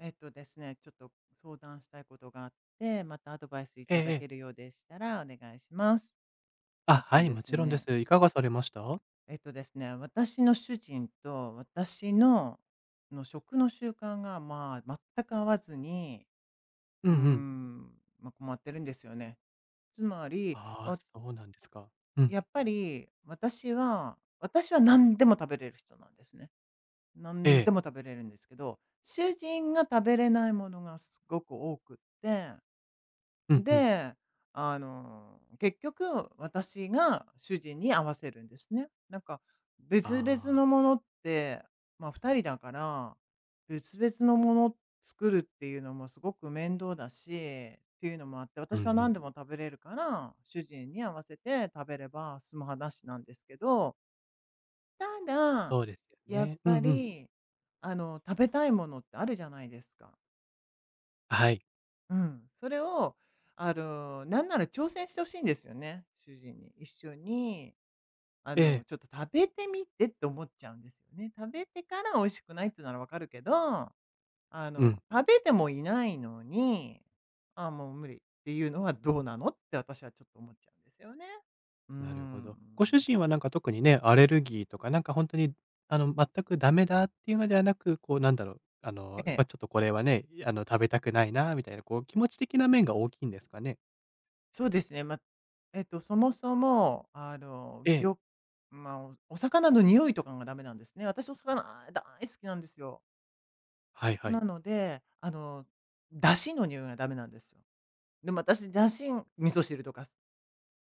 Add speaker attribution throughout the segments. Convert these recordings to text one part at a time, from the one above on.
Speaker 1: えっとですね、ちょっと相談したいことがあって、またアドバイスい
Speaker 2: ええ
Speaker 1: ただ
Speaker 2: え
Speaker 1: け
Speaker 2: え。
Speaker 1: るようでしたらお願いします。
Speaker 2: あ、
Speaker 1: えっ
Speaker 2: は
Speaker 1: と
Speaker 2: い、
Speaker 1: で
Speaker 2: も
Speaker 1: す
Speaker 2: ちろんで
Speaker 1: ね、
Speaker 2: す。いかがされました？
Speaker 1: えっとですね、私の主人と私の食の習慣が、まあ、全く合わずに、
Speaker 2: う
Speaker 1: うー
Speaker 2: んうん。
Speaker 1: ん、まあ、困ってるんですよね。つまり、
Speaker 2: ああ、そうなんですか。うん。
Speaker 1: やっぱり私は何でも食べれる人なんですね。
Speaker 2: え
Speaker 1: 何で
Speaker 2: え。
Speaker 1: も食べれるんですけど、主人が食べれないものがすごく多くって、
Speaker 2: うんうん。
Speaker 1: で、結局私が主人に合わせるんですね。なんか別々
Speaker 2: ああ、
Speaker 1: のものって、ま、2人だから、別々のもの作るっていうのもすごく面倒だし、っていうのもあって、
Speaker 2: うんう
Speaker 1: 私は
Speaker 2: ん。
Speaker 1: 何でも食べれるから、主人に合わせて食べれば済む話なんですけど、ただ、
Speaker 2: そうですよ
Speaker 1: やっ
Speaker 2: ね。う
Speaker 1: ぱ
Speaker 2: んうん。
Speaker 1: り、食べたいものってあるじゃないですか。
Speaker 2: はい。
Speaker 1: うん、それを、なんなら挑戦してほしいんですよね、主人に。一緒に、
Speaker 2: ええ。
Speaker 1: ちょっと食べてみてって思っちゃうんですよね。食べてから美味しくないっつうならわかるけど、
Speaker 2: うん、
Speaker 1: 食べてもいないのに、「あもう無理」っていうのはどうなのって私はちょっと思っちゃうんですよね。うー
Speaker 2: なるほど。ご主
Speaker 1: ん。
Speaker 2: 人はなんか特にね、アレルギーとか、なんかほんとに、全くダメだっていうのではなく、こうなんだろう、
Speaker 1: ええ、
Speaker 2: ちょっとこれはね、食べたくないなみたいな、こう気持ち的な面が大きいんですかね？
Speaker 1: そうですね。ま、そもそも、
Speaker 2: ええ。
Speaker 1: 魚まあ、お魚の匂いとかがダメなんですね。私お魚、あ、大好きなんですよ。
Speaker 2: はいは
Speaker 1: な
Speaker 2: い。
Speaker 1: ので、出汁の匂いがダメなんですよ。でも私、出汁味噌汁とか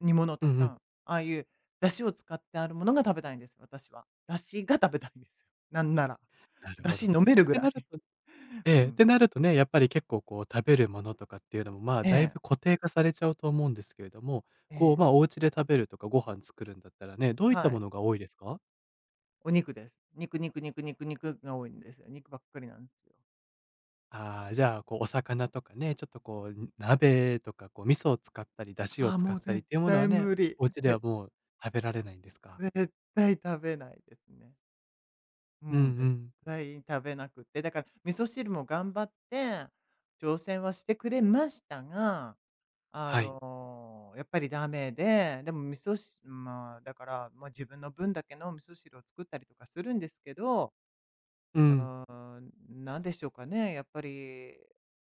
Speaker 1: 煮物
Speaker 2: う
Speaker 1: と
Speaker 2: んうん。
Speaker 1: か、ああいう出汁を使ってあるものが食べたいんです、私は。出汁が食べたいんですよ。なんなら。
Speaker 2: なる
Speaker 1: 出
Speaker 2: ほど。っ
Speaker 1: 汁飲めるぐ
Speaker 2: て
Speaker 1: ら
Speaker 2: なる
Speaker 1: い。
Speaker 2: と え
Speaker 1: う
Speaker 2: え、っ
Speaker 1: ん。
Speaker 2: てなるとね、やっぱり結構こう食べるものとかっていうのも、まあ、
Speaker 1: え
Speaker 2: だい
Speaker 1: え、
Speaker 2: ぶ固定化されちゃうと思うんですけれども、
Speaker 1: え
Speaker 2: こう、
Speaker 1: え、
Speaker 2: まあ、お家で食べるとかご飯作るんだったらね、どういっ
Speaker 1: は
Speaker 2: たも
Speaker 1: い。
Speaker 2: のが多いですか？
Speaker 1: お肉です。肉肉肉肉肉が多いんですよ。肉ばっかりなんですよ。
Speaker 2: ああ、じゃあ、こうお魚とかね、ちょっとこう、鍋とかこう味噌を使ったり、出汁を
Speaker 1: ああ、
Speaker 2: 使
Speaker 1: も
Speaker 2: っ
Speaker 1: う
Speaker 2: たり
Speaker 1: 絶
Speaker 2: っていうもの
Speaker 1: 対
Speaker 2: はね、
Speaker 1: 無理。
Speaker 2: お家ではもう食べられないんですか？
Speaker 1: 絶対食べないですね。う
Speaker 2: うんう
Speaker 1: ん、絶
Speaker 2: ん。
Speaker 1: 対に食べなくって、だから味噌汁も頑張って、挑戦はしてくれましたが、
Speaker 2: はい。
Speaker 1: やっぱりダメで、でも味噌汁、まあ、だから、まあ、自分の分だけの味噌汁を作ったりとかするんですけど、
Speaker 2: うん。
Speaker 1: なんでしょうかね、やっぱり、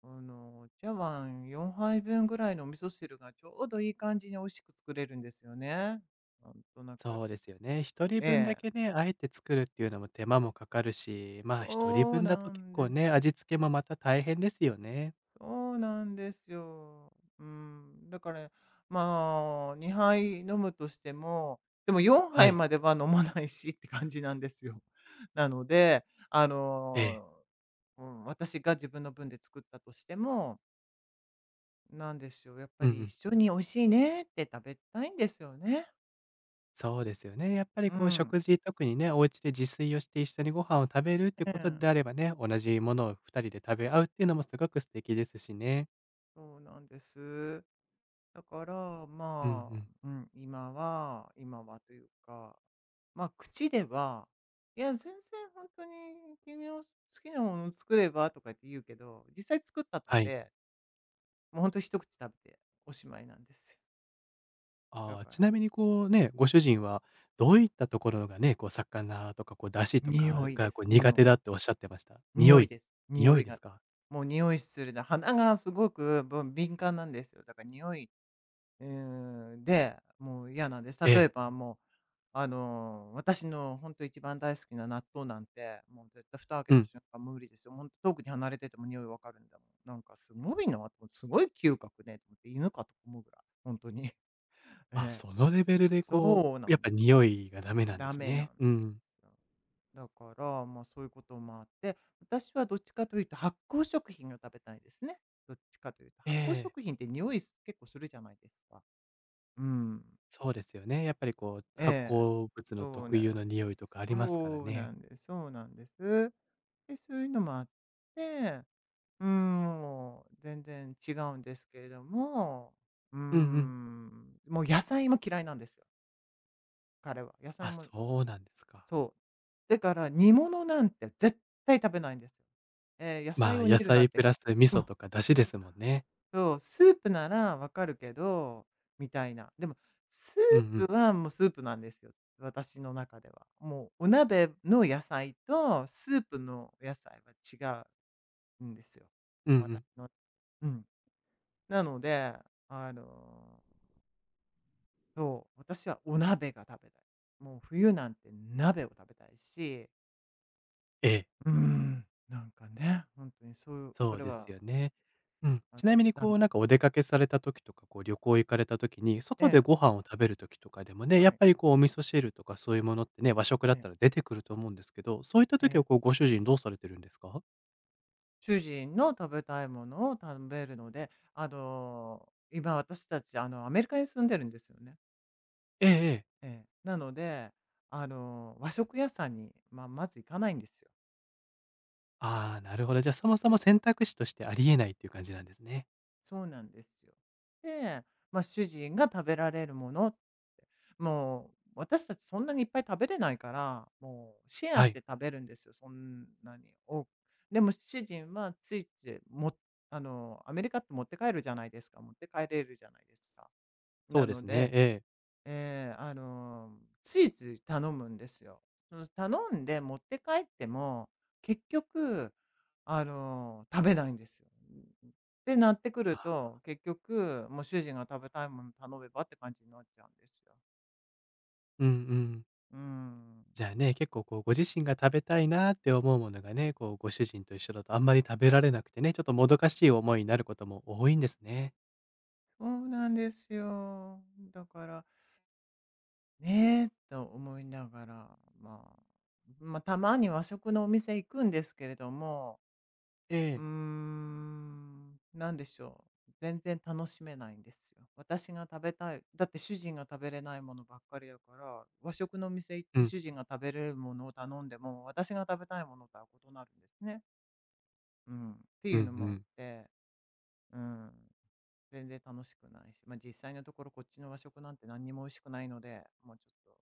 Speaker 1: 茶碗4杯分ぐらいのお味噌汁がちょうどいい感じに美味しく作れるんですよね。なんとなく。
Speaker 2: そうですよね。一人
Speaker 1: え
Speaker 2: 分だ
Speaker 1: え。
Speaker 2: けね、あえて作るっていうのも手間もかかるし、まあ、一人
Speaker 1: そう
Speaker 2: 分だと
Speaker 1: な
Speaker 2: 結
Speaker 1: ん
Speaker 2: 構
Speaker 1: で
Speaker 2: ね、
Speaker 1: す。
Speaker 2: 味付けもまた大変ですよね。
Speaker 1: そうなんですよ。うん。だから、まあ、2杯飲むとしても、でも4
Speaker 2: は
Speaker 1: 杯
Speaker 2: い。
Speaker 1: までは飲まないしって感じなんですよ。なので、
Speaker 2: ええ。
Speaker 1: うん、私が自分の分で作ったとしても、なんでしょう、やっぱ
Speaker 2: うんう
Speaker 1: り
Speaker 2: ん。
Speaker 1: 一緒に美味しいねって食べたいんですよね。
Speaker 2: そうですよね。やっぱり
Speaker 1: う
Speaker 2: こう
Speaker 1: ん。
Speaker 2: 食事、特にね、お家で自炊をして一緒にご飯を食べるって
Speaker 1: え
Speaker 2: こと
Speaker 1: え、
Speaker 2: であればね、同じものを2人で食べ合うっていうのもすごく素敵ですしね。
Speaker 1: そうなんです。だから、
Speaker 2: うんう
Speaker 1: まあ、
Speaker 2: ん。
Speaker 1: うん、今はというか、まあ、口では、いや、全然本当に君の好きなものを作ればとかって言うけど、実際作ったと
Speaker 2: はい。
Speaker 1: て、もう本当一口食べておしまいなんですよ。だ
Speaker 2: ああ、
Speaker 1: か
Speaker 2: ち
Speaker 1: ら、
Speaker 2: なみにこうね、ご
Speaker 1: う
Speaker 2: 主
Speaker 1: ん、
Speaker 2: 人はどういったところがね、こう魚とかこう出汁とか
Speaker 1: 匂いで
Speaker 2: がこ
Speaker 1: す、
Speaker 2: う苦
Speaker 1: 匂い。
Speaker 2: 手だっておっしゃってました？匂
Speaker 1: 匂い
Speaker 2: い
Speaker 1: です。匂
Speaker 2: 匂い
Speaker 1: い
Speaker 2: で
Speaker 1: が、
Speaker 2: すか？
Speaker 1: もう匂いするな、鼻がすごく、敏感なんですよ。だから匂い、で、もう嫌なんです。
Speaker 2: え
Speaker 1: 例え
Speaker 2: え。
Speaker 1: ばもう、私のほんと一番大好きな納豆なんて、もう絶対蓋開け
Speaker 2: う
Speaker 1: た
Speaker 2: ん。
Speaker 1: 瞬間無理ですよ。ほんと遠くに離れてても匂いわかるんだもん。なんかすごいなと思って、すごい嗅覚ねと思って、犬かと思うぐらい、本当に。
Speaker 2: あ、
Speaker 1: ええ。
Speaker 2: そのレベルでこ
Speaker 1: そう
Speaker 2: う、
Speaker 1: な
Speaker 2: やっ
Speaker 1: ん
Speaker 2: ぱ
Speaker 1: です。
Speaker 2: 匂いがダメなんで
Speaker 1: ダ
Speaker 2: す
Speaker 1: メな
Speaker 2: ね。
Speaker 1: ん
Speaker 2: う
Speaker 1: で
Speaker 2: ん。
Speaker 1: すよ。だから、ま、そういうこともあって、私はどっちかというと発酵食品が食べたいですね。どっちかというと。
Speaker 2: え
Speaker 1: 発酵
Speaker 2: え。
Speaker 1: 食品って匂いす結構するじゃないですか。うん。
Speaker 2: そうですよね。やっぱりこう、発
Speaker 1: ええ、
Speaker 2: 酵物の
Speaker 1: そう
Speaker 2: 特
Speaker 1: な
Speaker 2: 有の
Speaker 1: んで
Speaker 2: 匂いとか
Speaker 1: す。
Speaker 2: あ
Speaker 1: そ
Speaker 2: りますから
Speaker 1: うな
Speaker 2: ね。
Speaker 1: んです。そうなんです。で、そういうのもあって、もう全然違うんですけれども、うー
Speaker 2: うんうん。
Speaker 1: ん、もう野菜も嫌いなんですよ、彼は。野菜
Speaker 2: あ、
Speaker 1: も
Speaker 2: そうなんですか。
Speaker 1: そう。だから煮物なんて絶対食べないんですよ。ええ、野
Speaker 2: ま
Speaker 1: 菜
Speaker 2: あ、
Speaker 1: を煮
Speaker 2: 野
Speaker 1: るなん
Speaker 2: 菜プ
Speaker 1: て、
Speaker 2: ラス味
Speaker 1: そ
Speaker 2: 噌
Speaker 1: う。
Speaker 2: とか出汁ですもんね。
Speaker 1: そう、スープならわかるけど、みたいな。でも、ス
Speaker 2: うんう
Speaker 1: ー
Speaker 2: ん。
Speaker 1: プはもうスープなんですよ、私の中では。もうお鍋の野菜とスープの野菜は違うんですよ、
Speaker 2: うんう
Speaker 1: 私
Speaker 2: ん。
Speaker 1: の。うん。なので、あの、そう、私はお鍋が食べたい。もう冬なんて鍋を食べたいし、
Speaker 2: ええ、
Speaker 1: なんかね、本当にそういうそ
Speaker 2: そう
Speaker 1: れ
Speaker 2: です
Speaker 1: は、
Speaker 2: よね。うん。
Speaker 1: あの、
Speaker 2: ちなみに
Speaker 1: ダ
Speaker 2: こ
Speaker 1: メ
Speaker 2: う、
Speaker 1: なん
Speaker 2: なんか
Speaker 1: で、
Speaker 2: お出かけされた時とか、こう旅行行かれた時に、外でご飯を食べる時とかでもね、や
Speaker 1: は
Speaker 2: っ
Speaker 1: い。
Speaker 2: ぱりこうお味噌汁とかそういうものってね、和食だったら出てくると思うんですけど、そういった
Speaker 1: ええ、
Speaker 2: 時
Speaker 1: え
Speaker 2: はこう
Speaker 1: え。
Speaker 2: ご主人どうされてるんですか？
Speaker 1: 主人の食べたいものを食べるので、今私たち、アメリカに住んでるんですよね。
Speaker 2: ええええ。
Speaker 1: ええ。なので、和食屋さんに、まあ、まず行かないんですよ。
Speaker 2: ああ、なるほど。じゃあ、そもそも選択肢としてありえないっていう感じなんですね。
Speaker 1: そうなんですよ。で、まあ、主人が食べられるものって、もう私たちそんなにいっぱい食べれないから、もうシェア
Speaker 2: は
Speaker 1: し
Speaker 2: い。
Speaker 1: て食べるんですよ、そんなに多く。でも主人はついつい、アメリカって持って帰るじゃないですか。持って帰れるじゃないですか。
Speaker 2: そ
Speaker 1: な
Speaker 2: うで
Speaker 1: の
Speaker 2: すね。
Speaker 1: で、
Speaker 2: ええ。
Speaker 1: ええ、ついつい頼むんですよ。その、頼んで持って帰っても、結局、食べないんですよ。ってなってくる
Speaker 2: あ、
Speaker 1: と、結局、もう主人が食べたいもの頼めばって感じになっちゃうんですよ。
Speaker 2: うんうん。
Speaker 1: うん。
Speaker 2: じゃあね、結構こうご自身が食べたいなって思うものがね、こうご主人と一緒だとあんまり食べられなくてね、ちょっともどかしい思いになることも多いんですね。
Speaker 1: そうなんですよ。だから、ねえ、と思いながら、まあ、たまに和食のお店行くんですけれども、
Speaker 2: ええ。
Speaker 1: なんでしょう。全然楽しめないんですよ。私が食べたい。だって主人が食べれないものばっかりだから、和食の店行っ
Speaker 2: う
Speaker 1: て
Speaker 2: ん。
Speaker 1: 主人が食べれるものを頼んでも、私が食べたいものとは異なるんですね。うん。って
Speaker 2: う
Speaker 1: い
Speaker 2: ん
Speaker 1: う
Speaker 2: う
Speaker 1: のもあっ
Speaker 2: ん。
Speaker 1: て、うん。全然楽しくないし、まあ実際のところこっちの和食なんて何にも美味しくないので、もうちょっと、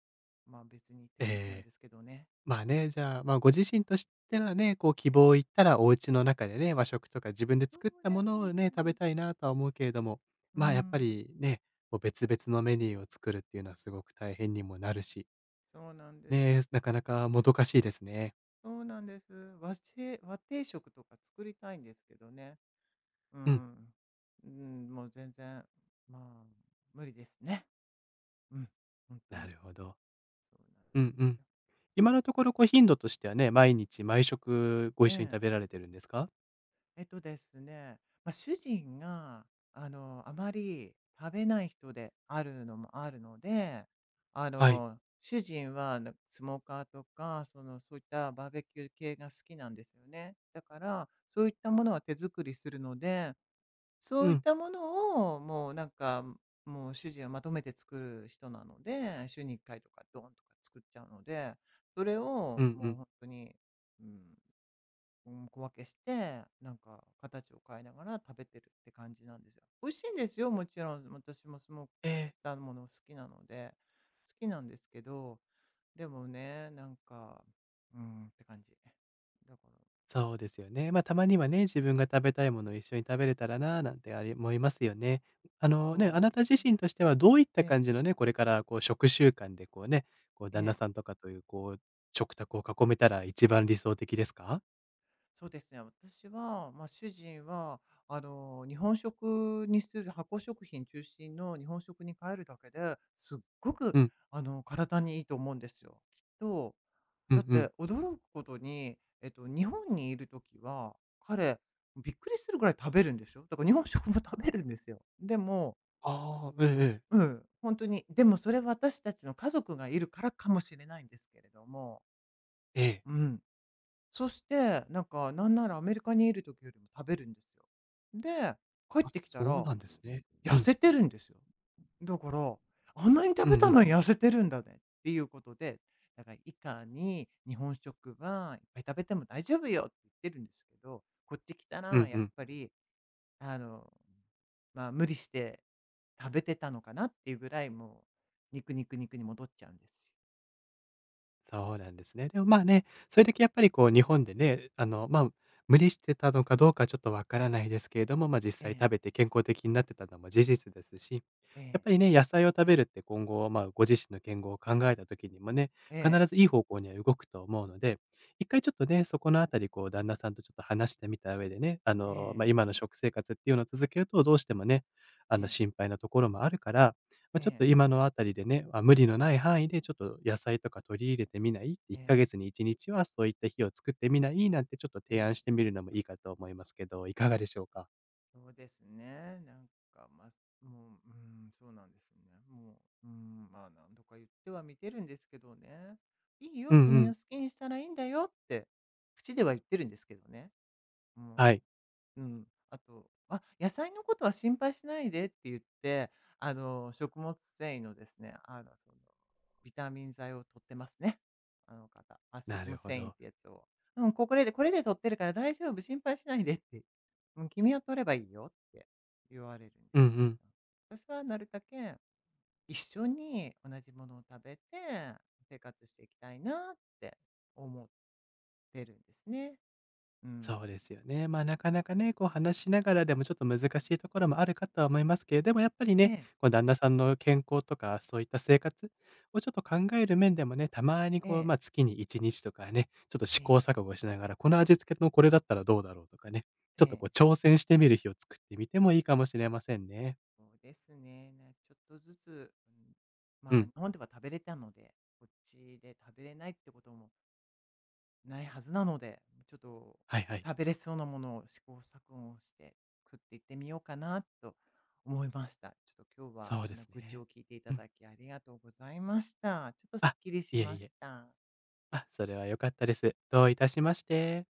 Speaker 1: まあ別にって
Speaker 2: え
Speaker 1: 感じなん
Speaker 2: え。
Speaker 1: ですけどね。うん、
Speaker 2: まあね、じゃあ、まあ、ご自身としてはね、こう希望を言ったらお家の中でね、和食とか自分で
Speaker 1: そ
Speaker 2: 作っ
Speaker 1: う
Speaker 2: た
Speaker 1: な
Speaker 2: も
Speaker 1: ん
Speaker 2: の
Speaker 1: で
Speaker 2: をね、
Speaker 1: すよ。
Speaker 2: 食べたいなとは思うけれども、
Speaker 1: う
Speaker 2: まあやっぱ
Speaker 1: ん。
Speaker 2: りね、こう別々のメニューを作るっていうのはすごく大変にもなるし、
Speaker 1: そうなんです
Speaker 2: ね、
Speaker 1: よ。
Speaker 2: なかなかもどかしいですね。
Speaker 1: そうなんです。和定食とか作りたいんですけどね。う
Speaker 2: うん、
Speaker 1: ん。うん、もう全然、まあ、無理ですね。うん、本当
Speaker 2: な
Speaker 1: に。
Speaker 2: るほど。
Speaker 1: そうなん
Speaker 2: う
Speaker 1: で
Speaker 2: ん
Speaker 1: す
Speaker 2: う
Speaker 1: よ。
Speaker 2: ん。今のところこう頻度としてはね、毎日毎食ご一
Speaker 1: え
Speaker 2: 緒に食べ
Speaker 1: え。
Speaker 2: られてるんですか？
Speaker 1: えっとですね、まあ、主人が、あまり食べない人であるのもあるので、
Speaker 2: はい。
Speaker 1: 主人は、スモーカーとか、その、そういったバーベキュー系が好きなんですよね。だから、そういったものは手作りするので、そ
Speaker 2: う
Speaker 1: ういっ
Speaker 2: ん、
Speaker 1: たものを、もうなんか、もう主人はまとめて作る人なので、週に1回とかドンとか作っちゃうので、それ
Speaker 2: うん
Speaker 1: を
Speaker 2: う
Speaker 1: もう
Speaker 2: ん。
Speaker 1: 本当に、うん、うん、小分けして、なんか形を変えながら食べてるって感じなんですよ。美味しいんですよ、もちろん。私もスモーク
Speaker 2: ええ、
Speaker 1: したもの好きなので、好きなんですけど、でもね、なんか、うーんって感じ。だから、
Speaker 2: そうですよね。まあ、たまにはね、自分が食べたいものを一緒に食べれたらな、なんてあり思いますよね。
Speaker 1: そう
Speaker 2: ね、
Speaker 1: な
Speaker 2: あな
Speaker 1: んで
Speaker 2: た
Speaker 1: す
Speaker 2: 自
Speaker 1: よ。
Speaker 2: 身としてはどういっ
Speaker 1: え
Speaker 2: た
Speaker 1: え、
Speaker 2: 感じのね、これからこう食習慣でこうね、こう
Speaker 1: え
Speaker 2: 旦那
Speaker 1: え。
Speaker 2: さんとかというこう、食卓を囲めたら一番理想的ですか？
Speaker 1: そうですね。私は、まあ、主人は、日本食にする、発酵食品中心の日本食に変えるだけで、すっごく、
Speaker 2: うん、
Speaker 1: 体にいいと思うんですよ。きっと、
Speaker 2: う
Speaker 1: だっ
Speaker 2: んう
Speaker 1: て
Speaker 2: ん。
Speaker 1: 驚くことに、日本にいる時は、彼、びっくりするぐらい食べるんでしょ、だから日本食も食べるんですよ。でも
Speaker 2: ああ、ええええ。
Speaker 1: うん、本当に、でもそれは私たちの家族がいるからかもしれないんですけれども、
Speaker 2: ええ。
Speaker 1: うん。そして、なんか、なんならアメリカにいる時よりも食べるんですよ。で、帰っ
Speaker 2: あ、
Speaker 1: てきた
Speaker 2: そう
Speaker 1: ら、
Speaker 2: なんですね。う
Speaker 1: 痩
Speaker 2: ん。
Speaker 1: せてるんですよ。だから、あんなに
Speaker 2: う
Speaker 1: 食
Speaker 2: ん
Speaker 1: べた
Speaker 2: うん。
Speaker 1: のに痩せてるんだねっていうことで、だから以下に日本食はいっぱい食べても大丈夫よって言ってるんですけど、こっち来た
Speaker 2: う
Speaker 1: ら
Speaker 2: ん
Speaker 1: や
Speaker 2: う
Speaker 1: っ
Speaker 2: ん。
Speaker 1: ぱり、あの、まあ無理して食べてたのかなっていうぐらいもう肉肉肉に戻っちゃうんですよ。
Speaker 2: そうなんですね。でもまあね、それだけやっぱりこう日本でね、まあ、無理してたのかどうかちょっとわからないですけれども、まあ実際
Speaker 1: ええ
Speaker 2: 食べて健康的になってたのも事実ですし、
Speaker 1: え
Speaker 2: やっ
Speaker 1: え
Speaker 2: ぱりね、野菜を食べるって今後、まあご自身の健康を考えた時にもね、
Speaker 1: え
Speaker 2: 必ずいい方向には動くと思うので、一回ちょっとね、そこのあたり、こう旦那さんとちょっと話してみた上でね、まあ
Speaker 1: え
Speaker 2: 今の食生活っていうのを続けるとどうしてもね、
Speaker 1: えええ
Speaker 2: 心
Speaker 1: え
Speaker 2: 配なところもあるから、まあ、ちょっと今
Speaker 1: え
Speaker 2: のあたりでね、まあ、無理のない範囲でちょっと野菜とか取り入れてみない？1ヶ
Speaker 1: えええ
Speaker 2: 月に1日はそういった日を作ってみない？なんてちょっと
Speaker 1: え
Speaker 2: 提案
Speaker 1: え、
Speaker 2: してみるのもいいかと思いますけど、いかがでしょうか？
Speaker 1: そうですね。なんか、まあ、もう、そうなんですね。もう、まあ、何度か言っては見てるんですけどね。いいよ、
Speaker 2: うんう
Speaker 1: 君の
Speaker 2: ん。
Speaker 1: 好きにしたらいいんだよって、口では言ってるんですけどね。
Speaker 2: は
Speaker 1: も
Speaker 2: い。
Speaker 1: ううん、あと、あ、野菜のことは心配しないでって言って、食物繊維のですね、その、ビタミン剤を摂ってますね。あの方。あ、食
Speaker 2: な
Speaker 1: 物
Speaker 2: るほ
Speaker 1: 繊維っ
Speaker 2: ど。
Speaker 1: てやつを。うん、これで摂ってるから大丈夫、心配しないでって。うん、君は摂ればいいよって言われるんで
Speaker 2: うんうん。
Speaker 1: す。私はなるだけ一緒に同じものを食べて生活していきたいなって思ってるんですね。うん。
Speaker 2: そうですよね。まあ、なかなかね、こう話しながらでもちょっと難しいところもあるかとは思いますけれども、やっぱり
Speaker 1: え
Speaker 2: ね、
Speaker 1: え、
Speaker 2: こう旦那さんの健康とか、そういった生活をちょっと考える面でもね、たまに
Speaker 1: え
Speaker 2: こう、
Speaker 1: え、
Speaker 2: まあ、月に1日とかね、ちょっと試
Speaker 1: え
Speaker 2: 行
Speaker 1: え、
Speaker 2: 錯誤しながら、この味付けのこれだったらどうだろうとかね、
Speaker 1: え
Speaker 2: ちょっと
Speaker 1: え。
Speaker 2: こう挑戦してみる日を作ってみてもいいかもしれませんね。
Speaker 1: そうですね。ね、ちょっとずつ、うん、
Speaker 2: う
Speaker 1: まあ、
Speaker 2: ん。
Speaker 1: 日本では食べれたので、こっちで食べれないってこともないはずなので、ちょっと
Speaker 2: はいはい。
Speaker 1: 食べれそうなものを試行錯誤して食っていってみようかなと思いました。ちょっと今日は
Speaker 2: そう
Speaker 1: あ
Speaker 2: で
Speaker 1: の
Speaker 2: す
Speaker 1: 愚痴
Speaker 2: ね。
Speaker 1: を聞いていた
Speaker 2: うん。
Speaker 1: だきありがとうございました。ちょっとす
Speaker 2: あ、
Speaker 1: っきりし
Speaker 2: いえ
Speaker 1: ま
Speaker 2: い
Speaker 1: し
Speaker 2: え。
Speaker 1: た。
Speaker 2: あ、それは良かったです。どういたしまして。